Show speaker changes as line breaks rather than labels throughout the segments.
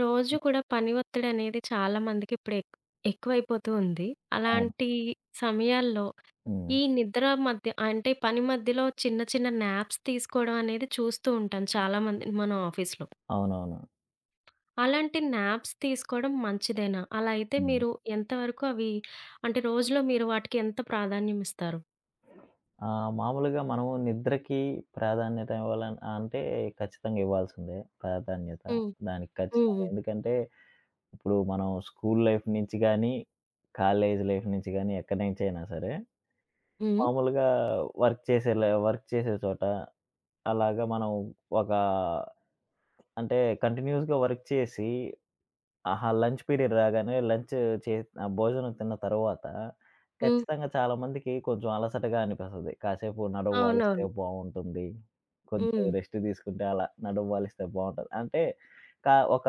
రోజు కూడా పని ఒత్తిడనేది చాలా మందికి ఇప్పుడు ఎక్కువైపోతూ ఉంది.
అవును.
అలాంటి సమయాల్లో
హ్మ్.
ఈ నిద్ర మధ్య అంటే పని మధ్యలో చిన్న చిన్న న్యాప్స్ తీసుకోవడం అనేది చూస్తూ ఉంటాం చాలామంది మనం ఆఫీస్‌లో.
అవునవును.
అలాంటి న్యాప్స్ తీసుకోవడం మంచిదేనా? అలా అయితే
హ్మ్.
మీరు ఎంతవరకు అవి అంటే రోజులో మీరు వాటికి ఎంత ప్రాధాన్యం ఇస్తారు?
మామూలుగా మనము నిద్రకి ప్రాధాన్యత ఇవ్వాలని అంటే ఖచ్చితంగా ఇవ్వాల్సిందే ప్రాధాన్యత.
హ్మ్.
దానికి ఖచ్చితంగా
హ్మ్.
ఎందుకంటే, ఇప్పుడు మనం స్కూల్ లైఫ్ నుంచి గానీ, కాలేజ్ లైఫ్ నుంచి గానీ, ఎక్కడి నుంచైనా సరే
హ్మ్.
మామూలుగా వర్క్ చేసే చోట అలాగా మనం ఒక అంటే కంటిన్యూయస్‌గా వర్క్ చేసి ఆహా! లంచ్ పీరియడ్ రాగానే లంచ్ చే భోజనం తిన్న తర్వాత
హ్మ్.
ఖచ్చితంగా చాలామందికి కొంచెం అలసటగా అనిపిస్తది. కాసేపు నడుము వాలిస్తే
అవునవును.
బావుంటుంది. కొంచెం
హ్మ్.
రెస్ట్ తీసుకుంటే అలా నడుము వాలిస్తే బావుంటది. అంటే క ఒక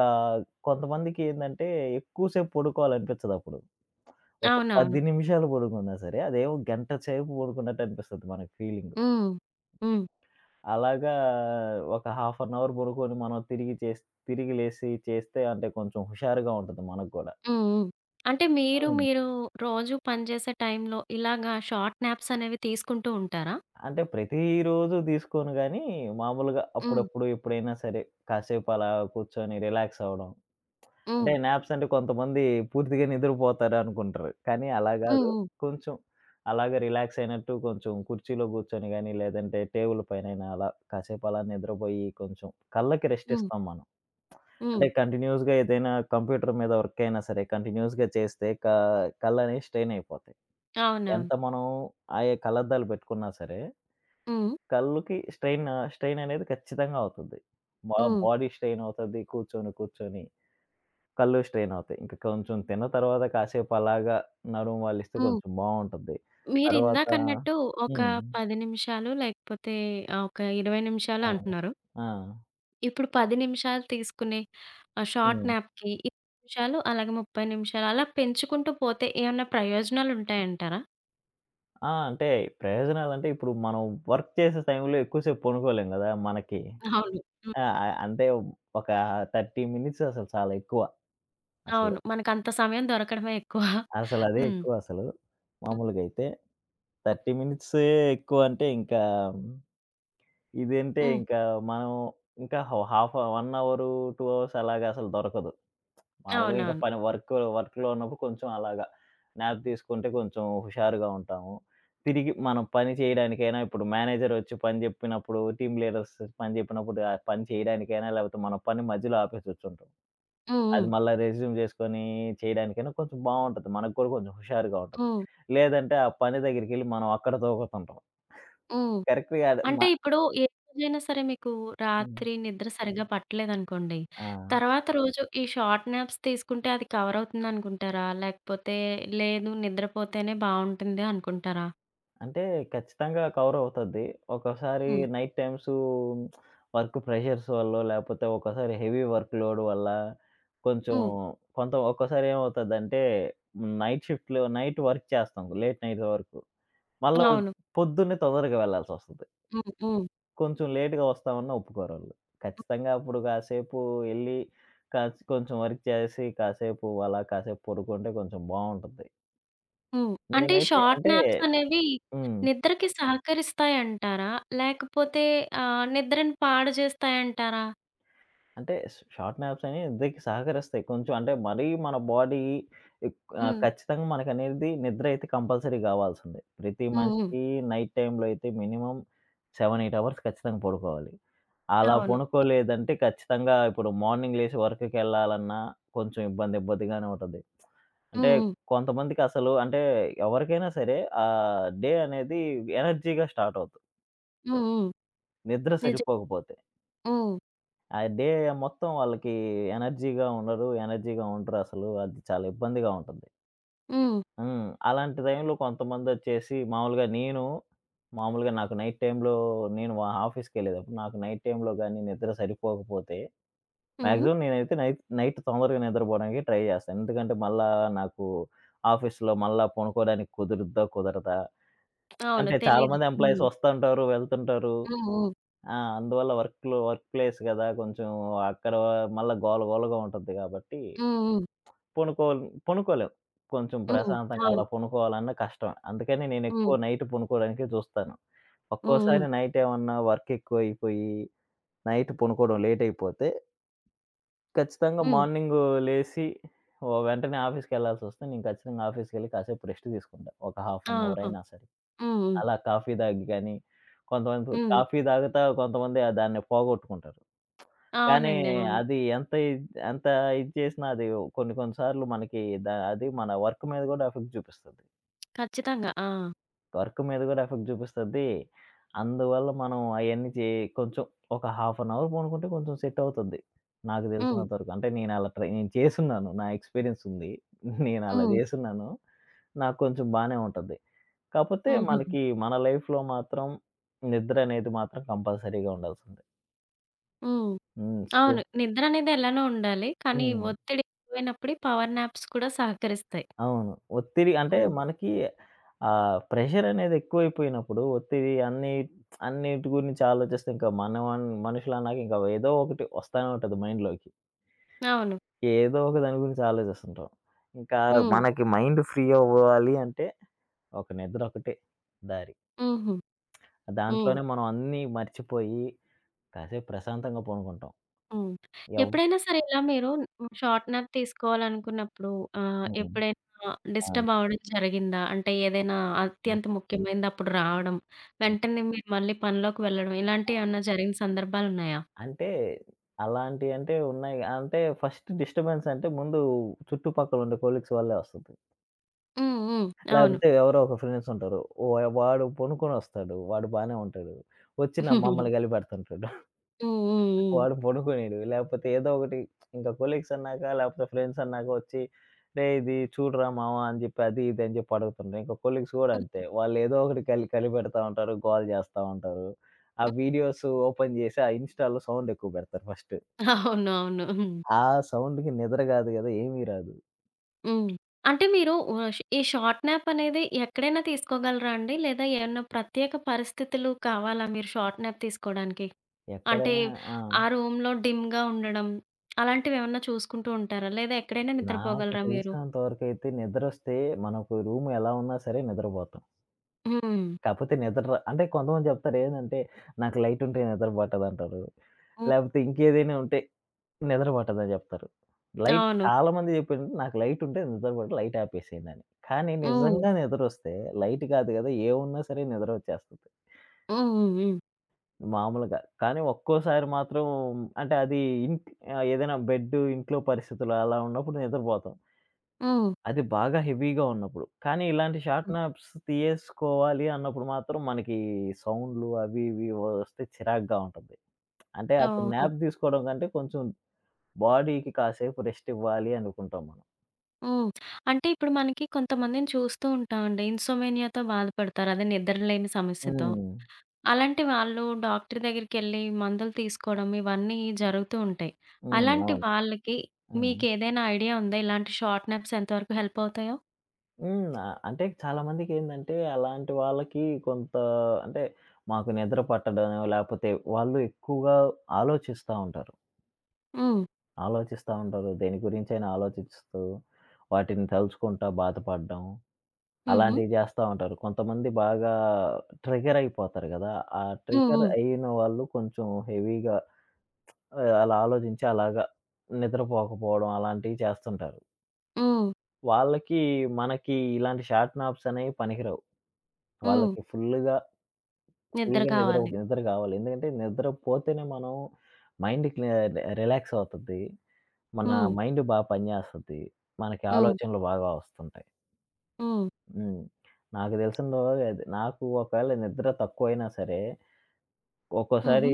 కొంతమందికి ఏందంటే ఎక్కువ సేపు పడుకోవాలనిపించదప్పుడు. ఒక
అవునవును.
10 నిమిషాలు పడుకున్నా సరే, అదేమో గంట సేపు పడుకున్నట్టు అనిపిస్తది మనకి ఫీలింగు.
హ్మ్. హ్మ్.
అలాగా ఒక హాఫ్ అన్ అవర్ పడుకొని మనం తిరిగి లేసి చేస్తే అంటే కొంచెం హుషారుగా ఉంటది మనకు గూడా.
హ్మ్. హ్మ్. అంటే మీరు,
హ్మ్.
మీరు రోజు పనిచేసే టైంలో ఇలాగా షార్ట్ న్యాప్స్ అనేవి తీసుకుంటూ ఉంటారా?
అంటే ప్రతిరోజు తీసుకోను గానీ, మామూలుగా
హ్మ్.
అప్పుడప్పుడు ఎప్పుడైనా సరే కాసేపు అలా కూర్చొని రిలాక్స్ అవ్వడం.
హ్మ్.
అంటే నాప్స్ అంటే కొంతమంది పూర్తిగా నిద్రపోతారు అనుకుంటారు. కానీ అలా
హ్మ్.
గాదు.
హ్మ్.
కొంచెం అలాగా రిలాక్స్ అయినట్టు కొంచెం కుర్చీలో కూర్చొని గానీ, లేదంటే టేబుల్ పైనైనా అలా కాసేపు అలా నిద్రపోయి కొంచెం కళ్ళకి రెస్ట్
హ్మ్.
ఇస్తాం మనం. అంటే
హ్మ్.
కంటిన్యూయస్‌గా ఏదైనా కంప్యూటర్ మీద వర్క్ అయినా సరే కంటిన్యూయస్‌గా చేస్తే కళ్ళనేవి స్ట్రెయిన్ అయిపోతాయి. ఎంత
అవునవును.
మనం ఆయా కళ్ళద్దాలు పెట్టుకున్నా సరే
హ్మ్.
కళ్ళుకి స్ట్రెయిన్ స్ట్రెయిన్ అనేది ఖచ్చితంగా అవుతుంది. మా
హ్మ్.
బాడీ స్ట్రెయిన్ అవుతది. కూర్చొని, కూర్చొని కళ్ళు స్ట్రెయిన్ అవుతాయి. ఇంక కొంచెం తిన్న తర్వాత కాసేపు అలాగా నడుము వాలిస్తే
హ్మ్.
కొంచెం బావుంటది. తర్వాత
మీరిందాకన్నట్టు ఒక
హ్మ్.
10 నిమిషాలు లేకపోతే ఒక 20 నిమిషాలు
అవును.
అంటున్నారు.
ఆ!
ఇప్పుడు 10 నిమిషాలు తీసుకునే షార్ట్
హ్మ్.
న్యాప్‌కి 20 నిమిషాలు అలాగే 30 నిమిషాలు అలా పెంచుకుంటూ పోతే ఏమన్నా ప్రయోజనాలుంటాయంటారా?
ఆ! అంటే ప్రయోజనాలంటే ఇప్పుడు మనం వర్క్ చేసే టైంలో ఎక్కువసేపు పనుకోలేం గదా! మనకి.
అవును. హ్మ్.
ఆ! అంటే ఒక 30 మినిట్స్ అసలు చాలా ఎక్కువ. అసలు.
అవును. మనకంత సమయం దొరకడమే ఎక్కువ.
అసలదే
హ్మ్.
ఎక్కువసలు.
హ్మ్.
మామూలుగైతే 30 మినిట్సే ఎక్కువ అంటే ఇంకా ఇదంటే
హ్మ్.
ఇంకా మనం ఇంకా హాఫ్ 1 అవరు, 2 అవర్స్ అలాగా అసలు దొరకదు. మామూలుగా ఇంకా
అవునవును.
పని వర్క్ వర్క్‌లో ఉన్నప్పుడు కొంచెం అలాగా న్యాప్ తీసుకుంటే కొంచెం హుషారుగా ఉంటాము. తిరిగి మనం పని చేయడానికైనా ఇప్పుడు మేనేజర్ వచ్చి పని చెప్పినప్పుడు, టీమ్ లీడర్స్ పని చెప్పినప్పుడు, ఆ పని చేయడానికైనా లేకపోతే మన పని మధ్యలో ఆపేసి వచ్చుంటాం.
హ్మ్.
అది
హ్మ్.
మళ్ళా రెజ్యూమ్ చేసుకొని చేయడానికైనా కొంచెం బావుంటది. మనకు కూడా కొంచెం హుషారుగా ఉంటది.
హ్మ్.
లేదంటే ఆ పని దగ్గరికెళ్లి మనం అక్కడ తోగుతుంటాం.
హ్మ్.
కరెక్ట్ కాదు.
అంటే ఇప్పుడు ఏ రోజైనా సరే మీకు
హ్మ్.
రాత్రి నిద్ర సరిగ్గా పట్టలేదనుకోండి.
ఆ!
తర్వాత రోజు ఈ షార్ట్ నాప్స్ తీసుకుంటే అది కవర్ అవుతుందనుకుంటారా? లేకపోతే లేదు నిద్రపోతేనే బావుంటుంది అనుకుంటారా?
అంటే ఖచ్చితంగా కవర్ అవుతది. ఒక్కోసారి
హ్మ్.
నైట్ టైమ్స్ వర్క్ ప్రెషర్స్ వల్లో, లేపోతే ఒక్కోసారి హెవీ వర్క్ లోడ్ వల్ల కొంచెం
హ్మ్.
కొంత ఒక్కోసారి ఏమవుతదంటే నైట్ షిఫ్ట్‌లో నైట్ వర్క్ చేస్తాం. లేట్ నైట్ వరకు. మళ్ళా ఉద్
అవును.
పొద్దున్నే తొందరగా వెళ్ళాల్సొస్తది.
హ్మ్. హ్మ్.
కొంచెం లేట్‌గా వస్తామన్నా ఒప్పుకోరాళ్ళు. ఖచ్చితంగా అప్పుడు కాసేపు ఎళ్లి, కొంచెం వర్క్ చేసి, కాసేపు అలా కాసేపు పడుకుంటే కొంచెం బావుంటది.
హ్మ్. అంటే ఈ
నేనైతే
షార్ట్
అంటే
నాప్స్ అనేవి
హ్మ్.
నిద్రకి సహకరిస్తాయంటారా? లేకపోతే నిద్రని పాడు చేస్తాయంటారా?
అంటే షార్ట్ నాప్స్ అనేవి నిద్రకి సహకరిస్తాయి. కొంచెం అంటే మరీ మన బాడీ ఎక్
హ్మ్.
ఖచ్చితంగా మనకనేది నిద్ర అయితే కంపల్సరీ గావాల్సిందే. ప్రతి
హ్మ్. హ్మ్.
మనిషికి నైట్ టైమ్‌లో అయితే మినిమమ్ 7, 8 అవర్స్ ఖచ్చితంగా పడుకోవాలి. అలా
అవును.
పనుకోలేదంటే ఖచ్చితంగా ఇప్పుడు మార్నింగ్ లేసి వర్క్‌కెళ్ళాలన్నా కొంచెం ఇబ్బందిగానే ఉంటది. అంటే
హ్మ్. హ్మ్.
కొంతమందికి అసలు అంటే ఎవరికైనా సరే డే అనేది ఎనర్జీగా స్టార్ట్ అవుద్ది.
హ్మ్. హ్మ్.
నిద్ర
నిజం.
సరిపోకపోతే.
హ్మ్.
ఆ డే మొత్తం వాళ్ళకి ఎనర్జీగా ఉండరు. ఎనర్జీగా ఉండరసలు. అది చాలా ఇబ్బందిగా ఉంటుంది.
హ్మ్.
హ్మ్. అలాంటి టైంలో కొంతమందొచ్చేసి మామూలుగా నేను మామూలుగా నాకు నైట్ టైమ్‌లో నేను మా ఆఫీస్‌కెళ్ళేటప్పుడు నాకు నైట్ టైమ్‌లో గాని నిద్ర సరిపోకపోతే
హ్మ్.
మాక్సిమం నేనైతే నైట్ నైట్ తొందరగా నిద్రపోవడానికి ట్రై చేస్తాను. ఎందుకంటే మళ్ళా నాకు ఆఫీస్‌లో మళ్ళా పనుకోవడానికి కుదురుద్దా? కుదరదా?
అవును.
అంటే చాలా
తెలీదు.
మంది ఎంప్లాయీస్
హ్మ్.
వస్తుంటారు, వెళ్తుంటారు.
హ్మ్.
ఆ! అందువల్ల వర్క్ ప్లేస్ గదా! కొంచెం అక్కడ మళ్ళా గోల గోలగా ఉంటది గాబట్టి,
హ్మ్. హ్మ్.
పొనుకోల్ పొనుకోలేం. కొంచెం
హ్మ్. హ్మ్.
ప్రశాంతంగా అలా
అవును.
పొనుకోవాలన్నా కష్టమే. అందుకని
హ్మ్.
నేనెక్కువ
హ్మ్.
నైట్ పొనుకోవడానికే చూస్తాను.
హ్మ్.
ఒక్కోసారి నైట్ ఏమన్నా వర్క్ ఎక్కువైపోయి, నైట్ పొనుకోవడం లేట్ అయిపోతే, ఖచ్చితంగా
హ్మ్.
మార్నింగు లేసి వెంటనే ఆఫీస్‌కెళ్ళాల్సొస్తే, నేను ఖచ్చితంగా ఆఫీస్‌కెళ్ళి కాసేపు రెస్ట్ తీసుకుంటా. ఒక హాఫ్ అన్ అవర్
ఆహా!
అయినా సరే.
హ్మ్. హ్మ్.
అలా కాఫీ తాగి గాని, కొంతమంది
హ్మ్.
కాఫీ తాగుతా కొంతమంది దాన్ని పోగొట్టుకుంటారు. కానీ
అవునండి. అవును.
అది ఎంత ఇది చేసినా అది కొన్ని కొన్ని సార్లు మనకి అది మన వర్క్ మీద గూడా ఎఫెక్ట్ చూపిస్తది.
ఖచ్చితంగా. ఆ!
వర్క్ మీద గూడా ఎఫెక్ట్ చూపిస్తది. అందువల్ల మనం అయన్నీ చే కొంచెం ఒక హాఫ్ అన్ అవర్ పనుకుంటే కొంచెం సెట్ అవుతది. నాకు
హ్మ్.
తెలిసినంత వరకు. అంటే నేను అలా ట్రై చేసున్నాను. నా ఎక్స్‌పీరియన్స్ ఉంది. నేను అలా
హ్మ్.
చేసున్నాను. నాకు కొంచెం బానే ఉంటది. కాపోతే
హుహుహు.
మనకి మన లైఫ్‌లో మాత్రం నిద్రనేది మాత్రం కంపల్సరీగా ఉండాల్సిందే.
హ్మ్.
హ్మ్. సో
అవును. నిద్రనేది ఎలానో ఉండాలి. కానీ
హ్మ్.
ఒత్తిడి ఎక్కువైనప్పుడే పవర్ నాప్స్ కూడా సహకరిస్తాయి.
అవును. ఒత్తిడి అంటే
హ్మ్.
మనకి ప్రెషరనేది ఎక్కువైపోయినప్పుడు ఒత్తిడి అన్నిటి గురించి ఆలోచిస్తే ఇంకా మనం మనుషులన్నాక ఇంకా ఏదో ఒకటి వస్తానే ఉంటది మైండ్‌లోకి.
అవును.
ఏదో ఒక దాని గురించి ఆలోచిస్తుంటాం. ఇంకా
హ్మ్.
మనకి మైండ్ ఫ్రీ అవ్వాలి అంటే ఒక నిద్ర ఒకటే దారి.
హుహు. హ్మ్.
దాంట్లోనే మనం అన్నీ మర్చిపోయి కాసేపు ప్రశాంతంగా పనుకుంటాం.
హ్మ్.
ఎవ్
ఎప్పుడైనా సరే ఇలా మీరు షార్ట్‌నర్ తీసుకోవాలనుకున్నప్పుడు
హ్మ్.
ఎప్పుడైనా
ఆ!
డిస్టర్బ్ అవ్వడం జరిగిందా? అంటే ఏదైనా
హ్మ్.
అత్యంత ముఖ్యమైనది అప్పుడు రావడం,
హ్మ్.
వెంటనే మీరు మళ్ళీ పనిలోకి వెళ్ళడం ఇలాంటియేమన్నా జరిగిన సందర్భాలున్నాయా?
అంటే అలాంటియి అంటే ఉన్నాయి. అంటే ఫస్ట్ డిస్టర్బెన్స్ అంటే ముందు చుట్టుపక్కల ఉండే కొలీగ్స్ వల్లే వస్తది.
హ్మ్. హ్మ్. అవును.
లేకపోతే ఎవరో ఒక ఫ్రెండ్స్ ఉంటారు. ఓ వాడు పొనుకొనొస్తాడు. వాడు బానే ఉంటాడు. వచ్చి
హ్మ్. హ్మ్.
మమ్మల్ని కలిపెడుతుంటాడు.
హ్మ్.
వాడు పొనుకోనీయడు. లేకపోతే ఏదో ఒకటి ఇంకా కొలీగ్స్ అన్నాక లేకపోతే ఫ్రెండ్స్ అన్నాక వచ్చి "రేయ్! ఇది చూడరా మామ" అని చెప్పి అది ఇది అని చెప్పి అడుగుతుంటారు. ఇంకా కొలీగ్స్ కూడా
హ్మ్.
అంతే. వాళ్ళు ఏదో ఒకటి కలిపెడతా ఉంటారు. గోల చేస్తా ఉంటారు. ఆ
హ్మ్.
వీడియోస్ ఓపెన్ చేసి ఆ ఇన్‌స్టాలో సౌండ్ ఎక్కువ పెడతారు ఫస్ట్.
అవును. అవును. హ్మ్.
ఆ సౌండ్‌కి నిద్ర గాదు గదా! ఏమీ రాదు.
హ్మ్. అంటే మీరు ఆహ్, ష్ ఈ షార్ట్ న్యాప్ అనేది ఎక్కడైనా తీసుకోగలరా అండి? లేదా ఏమన్నా ప్రత్యేక పరిస్థితులు కావాలా మీరు షార్ట్ న్యాప్ తీసుకోవడానికి? అంటే
ఎక్కడైనా ఆ!
ఆ రూమ్‌లో డిమ్‌గా ఉండడం అలాంటివేమన్నా చూసుకుంటూ ఉంటారా? లేదా ఎక్కడైనా
నాకు
నిద్రపోగలరా మీరు?
తెలిసినంత వరకైతే నిద్రొస్తే మనకు రూమ్ ఎలా ఉన్నా సరే నిద్రపోతాం.
హ్మ్.
కాపోతే నిద్ర ర అంటే కొంతమంది జెప్తారు ఏందంటే, నాకు లైట్ ఉంటే నిద్ర పట్టదంటారు.
హ్మ్.
లేపోతే ఇంకేదైనా ఉంటే నిద్ర పట్టదని జెప్తారు. లైట్
అవును.
చాలా మంది జెప్పింది నాకు లైట్ ఉంటే నిద్ర పడదు. లైట్ ఆపేసేయండని. కానీ
హ్మ్.
నిజంగా నిద్రొస్తే లైట్ కాదు గదా! ఏమున్నా సరే నిద్రొచ్చేస్తది.
హ్మ్. హ్మ్. హ్మ్.
మామూలుగా. కానీ ఒక్కోసారి మాత్రం అంటే అది ఇంట్ ఏదైనా బెడ్ ఇంట్లో పరిస్థితులు అలా ఉన్నప్పుడు నిద్రపోతాం.
హ్మ్.
అది బాగా హెవీగా ఉన్నప్పుడు. కానీ ఇలాంటి షార్ట్
హ్మ్.
నాప్స్ తీయేసుకోవాలి అన్నప్పుడు మాత్రం మనకి సౌండ్‌లు అవి ఇవి వస్తే చిరాకుగా ఉంటుంది. అంటే అప్పుడు
ఓహో!
న్యాప్ తీసుకోవడం కంటే కొంచెం బాడీకి కాసేపు రెస్ట్ ఇవ్వాలి అనుకుంటాం మనం.
హ్మ్. అంటే ఇప్పుడు మనకి కొంతమందిని చూస్తూ ఉంటామండి. ఇన్సోమేనియాతో బాధపడతారు. అదే నిద్రలేని సమస్యతో.
హ్మ్.
అలాంటి వాళ్ళు డాక్టర్ దగ్గరికెళ్ళి మందులు తీసుకోవడం ఇవన్నీ జరుగుతూ ఉంటాయి.
హ్మ్.
అలాంటి
అవును.
వాళ్ళకి
హ్మ్.
మీకేదైనా ఐడియా ఉందా? ఇలాంటి షార్ట్ నప్స్ ఎంతవరకు హెల్ప్ అవుతాయో?
హ్మ్. అంటే చాలామందికేందంటే అలాంటి వాళ్ళకి కొంత అంటే మాకు నిద్ర పట్టడనో లేపోతే వాళ్ళు ఎక్కువగా ఆలోచిస్తా ఉంటారు.
హ్మ్.
ఆలోచిస్తా ఉంటారు. దేని గురించైనా ఆలోచిస్తూ వాటిని తలుచుకుంటా బాధపడడం
హుహు.
అలాంటివి జేస్తా ఉంటారు. కొంతమంది బాగా ట్రిగ్గర్ అయిపోతారు గదా! ఆ
హ్మ్.
ట్రిగ్గర్
హ్మ్.
అయిన వాళ్ళు కొంచెం హెవీగా అలా ఆలోచించి అలాగా నిద్రపోకపోవడం అలాంటివి చేస్తుంటారు.
హ్మ్.
వాళ్ళకి, మనకి ఇలాంటి షార్ట్ నాప్స్ అనేవి పనికిరావు.
హ్మ్.
వాళ్ళకి ఫుల్లుగా
నిద్ర
ఫుల్‌గా నిద్ర
కావాలి.
నిద్ర గావాలి. ఎందుకంటే నిద్రపోతేనే మనం మైండ్ క్లి రిలాక్స్ అవుతది. మన
హ్మ్.
మైండ్ పనిచేస్తది. మనకి
హ్మ్.
ఆలోచనలు బాగా వస్తుంటాయి.
హ్మ్.
హ్మ్. నాకు తెలిసిందో అది నాకు ఒకవేళ నిద్ర తక్కువైనా సరే, ఒక్కోసారి
హుహు.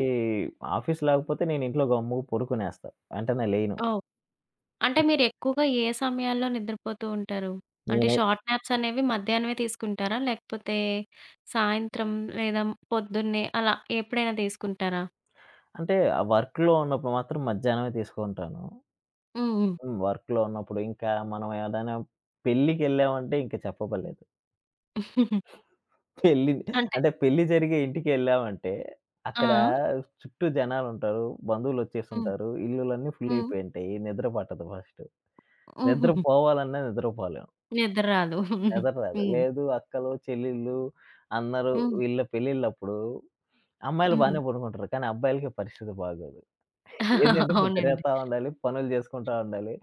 ఆఫీస్ లేకపోతే నేను ఇంట్లో గమ్ముగా పడుకునేస్తా. వెంటనే లేయను.
ఓహ్! అంటే మీరెక్కువగా ఏ సమయాల్లో నిద్రపోతూ ఉంటారు? అంటే
నేనే
షార్ట్ నాప్స్ అనేవి మధ్యాహ్నమే తీసుకుంటారా? లేకపోతే సాయంత్రం లేదా పొద్దున్నే అలా ఎప్పుడైనా తీసుకుంటారా?
అంటే ఆ వర్క్‌లో ఉన్నప్పుడు మాత్రం మధ్యాహ్నమే తీసుకుంటాను.
హ్మ్. హ్మ్.
హ్మ్. వర్క్‌లో ఉన్నప్పుడు ఇంకా మనం ఏదైనా పెళ్ళికెళ్ళామంటే ఇంక చెప్పబలేదు. పెళ్లి
అంటే
అంటే పెళ్లి జరిగే ఇంటికెళ్ళామంటే,
ఆ!
అక్కడ
ఆ!
చుట్టూ జనాలుంటారు.
హ్మ్.
బంధువులొచ్చేసుంటారు. ఇల్లులన్నీ ఫుల్
హ్మ్.
అయిపోయుంటాయి. నిద్ర పట్టదు ఫస్ట్. నిద్ర
హుహుహు.
పోవాలన్నా నిద్రపోలేం.
నిద్ర రాదు.
నిద్ర రాదు.
హ్మ్.
లేదు అక్కలు, చెల్లెళ్ళు అందరూ
హ్మ్.
వీళ్ళ పెళ్ళిళ్ళప్పుడు అమ్మాయిలు
హ్మ్.
బానే పడుకుంటారు. కానీ అబ్బాయిలకి పరిస్థితి బాగోదు. ఏంటంటే ఇప్పుడు
అవునండి.
తిరగతా ఉండాలి. పనులు జేసుకుంటా ఉండాలి.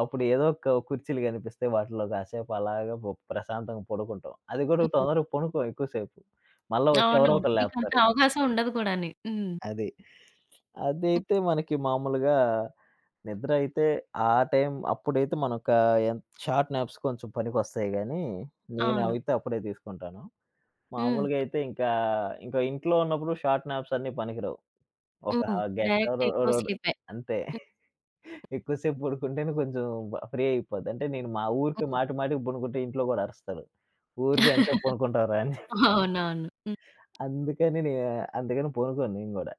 అప్పుడు ఏదో ఒక కుర్చీలు గనిపిస్తే వాటిలో కాసేపు అలాగా ప్రశాంతంగా పడుకుంటాం. అది కూడా
హ్మ్.
తొందరగా పడుకోం ఎక్కువ సేపు. మళ్ళా వచ్చి ఎవరో
అవునవును.
ఒకళ్ళు
మీకంత
లేపుతారు.
అవకాశం ఉండదు కూడాని. హ్మ్.
అది.
హ్మ్.
అదైతే మనకి మామూలుగా నిద్ర అయితే ఆ టైం అప్పుడైతే మనొక షార్ట్ నాప్స్ కొంచెం పనికొస్తాయి గానీ, నేను
అవును.
అవితే అప్పుడే తీసుకుంటాను.
హ్మ్.
మామూలుగా అయితే ఇంకా, ఇంకా ఇంట్లో ఉన్నప్పుడు షార్ట్ నాప్స్ అన్నీ పనికిరావు. ఒక
హ్మ్.
గంట
డైరెక్ట్
రొ
ఎక్కువ
రొ
స్లీపే.
అంతే. ఎక్కువ సేపు పడుకుంటేనే కొంచెం ఫ్రీ అయిపోద్ది. అంటే నేను మా ఊరికి
హ్మ్.
మాటి మాటికి పనుకుంటే ఇంట్లో గూడా అరుస్తారు. "ఊరికే ఎంతసేపు పనుకుంటావురా" అని.
అవునవును. హ్మ్.
అందుకని నే అందుకని పనుకోను నేను గూడా.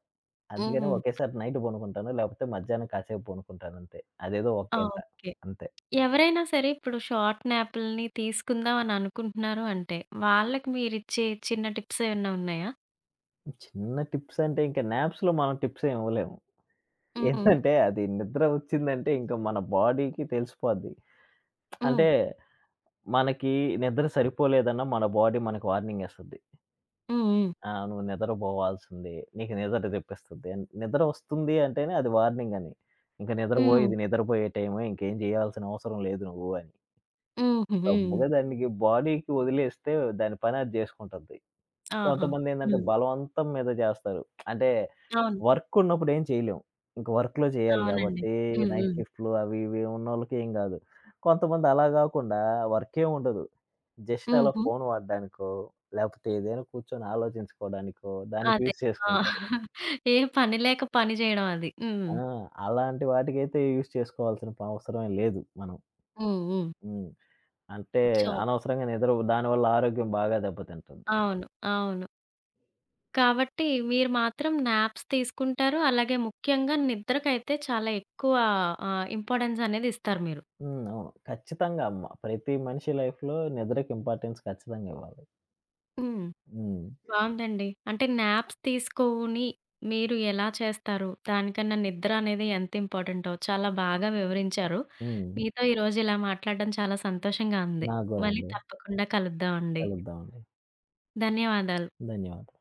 అందుకని
హ్మ్.
ఒకేసారి నైట్ పనుకుంటాను. లేకపోతే మధ్యాహ్నం కాసేపు పనుకుంటానంతే. అదేదో ఒక
ఆ!
గంట
ఓకే.
అంతే.
ఎవరైనా సరే ఇప్పుడు షార్ట్ న్యాపుల్ని తీసుకుందాం అని అనుకుంటున్నారు అంటే, వాళ్ళకి మీరిచ్చే చిన్న టిప్స్ ఏమన్నా ఉన్నాయా?
చిన్న టిప్స్ అంటే ఇంక నాప్స్‌లో మనం టిప్స్ ఏమి ఇవ్వలేము.
హ్మ్.
ఏంటంటే అది నిద్ర వచ్చిందంటే ఇంక మన బాడీకి తెలిసిపోద్ది.
హ్మ్.
అంటే మనకి నిద్ర సరిపోలేదన్న మన బాడీ మనకి వార్నింగ్ ఏస్తది.
హ్మ్.
ఆ! నువ్వు నిద్రబోవాల్సిందే. నీకు నిద్ర తెప్పిస్తది. అని నిద్ర ఒస్తుంది అంటేనే అది వార్నింగ్ అని. ఇంక
హ్మ్.
నిద్రబోయి
హ్మ్.
ఇది నిద్రబోయే టైమే ఇంకేం జేయాల్సిన అవసరం లేదు నువ్వు అని.
హుహు. హ్మ్.
గమ్ముగా దానికి బాడీకి వదిలేస్తే దాని పని అది జేసుకుంటది.
ఆహా!
కొంతమందేందంటే
హ్మ్.
బలవంతం మీద జేస్తారు. అంటే
అవును.
వర్క్ ఉన్నప్పుడు ఏం చేయలేం. ఇంక వర్క్‌లో చేయాలి
అవునండి.
గాబట్టి
హ్మ్.
నైట్
హ్మ్.
షిఫ్ట్‌లు అవి ఇవి ఉన్నోళ్ళకి ఏం గాదు. కొంతమంది అలా గాకుండా వర్కేం ఉండదు. జస్ట్ అలా
హుహు.
ఫోన్ వాడడానికో, లేపోతే ఏదైనా కూర్చొని ఆలోచించుకోవడానికో దానికి
అదే.
యూజ్
ఆ!
చేసుకుంటారు.
ఏ పని లేక పని జేయడం అది. హ్మ్.
ఆ! అలాంటి వాటికైతే యూజ్ చేసుకోవాల్సిన అవసరమే లేదు మనం.
హ్మ్. హ్మ్.
హ్మ్. అంటే
సో
అనవసరంగా నిద్ర దానివల్ల ఆరోగ్యం బాగా దెబ్బతింటుంది.
అవును. అవును. కాబట్టి మీరు మాత్రం నాప్స్ తీసుకుంటారు. అలాగే ముఖ్యంగా నిద్రకైతే చాలా ఎక్కువ ఇంపార్టెన్స్ అనేది ఇస్తారు మీరు.
హ్మ్. అవును. ఖచ్చితంగా ప్రతి మనిషి లైఫ్‌లో నిద్రకి ఇంపార్టెన్స్ ఖచ్చితంగా ఇవ్వాలి.
హ్మ్.
హ్మ్.
బావుందండి. అంటే నాప్స్ తీసుకోని మీరు ఎలా చేస్తారు? దానికన్నా నిద్ర అనేది ఎంత ఇంపార్టెంటో చాలా బాగా వివరించారు.
హ్మ్.
మీతో ఈరోజు ఇలా మాట్లాడడం చాలా సంతోషంగా ఉంది.
నాకు గూడా
మళ్ళీ
అండి.
తప్పకుండా కలుద్దామండి.
కలుద్దామండి.
ధన్యవాదాలు.
ధన్యవాదాలు.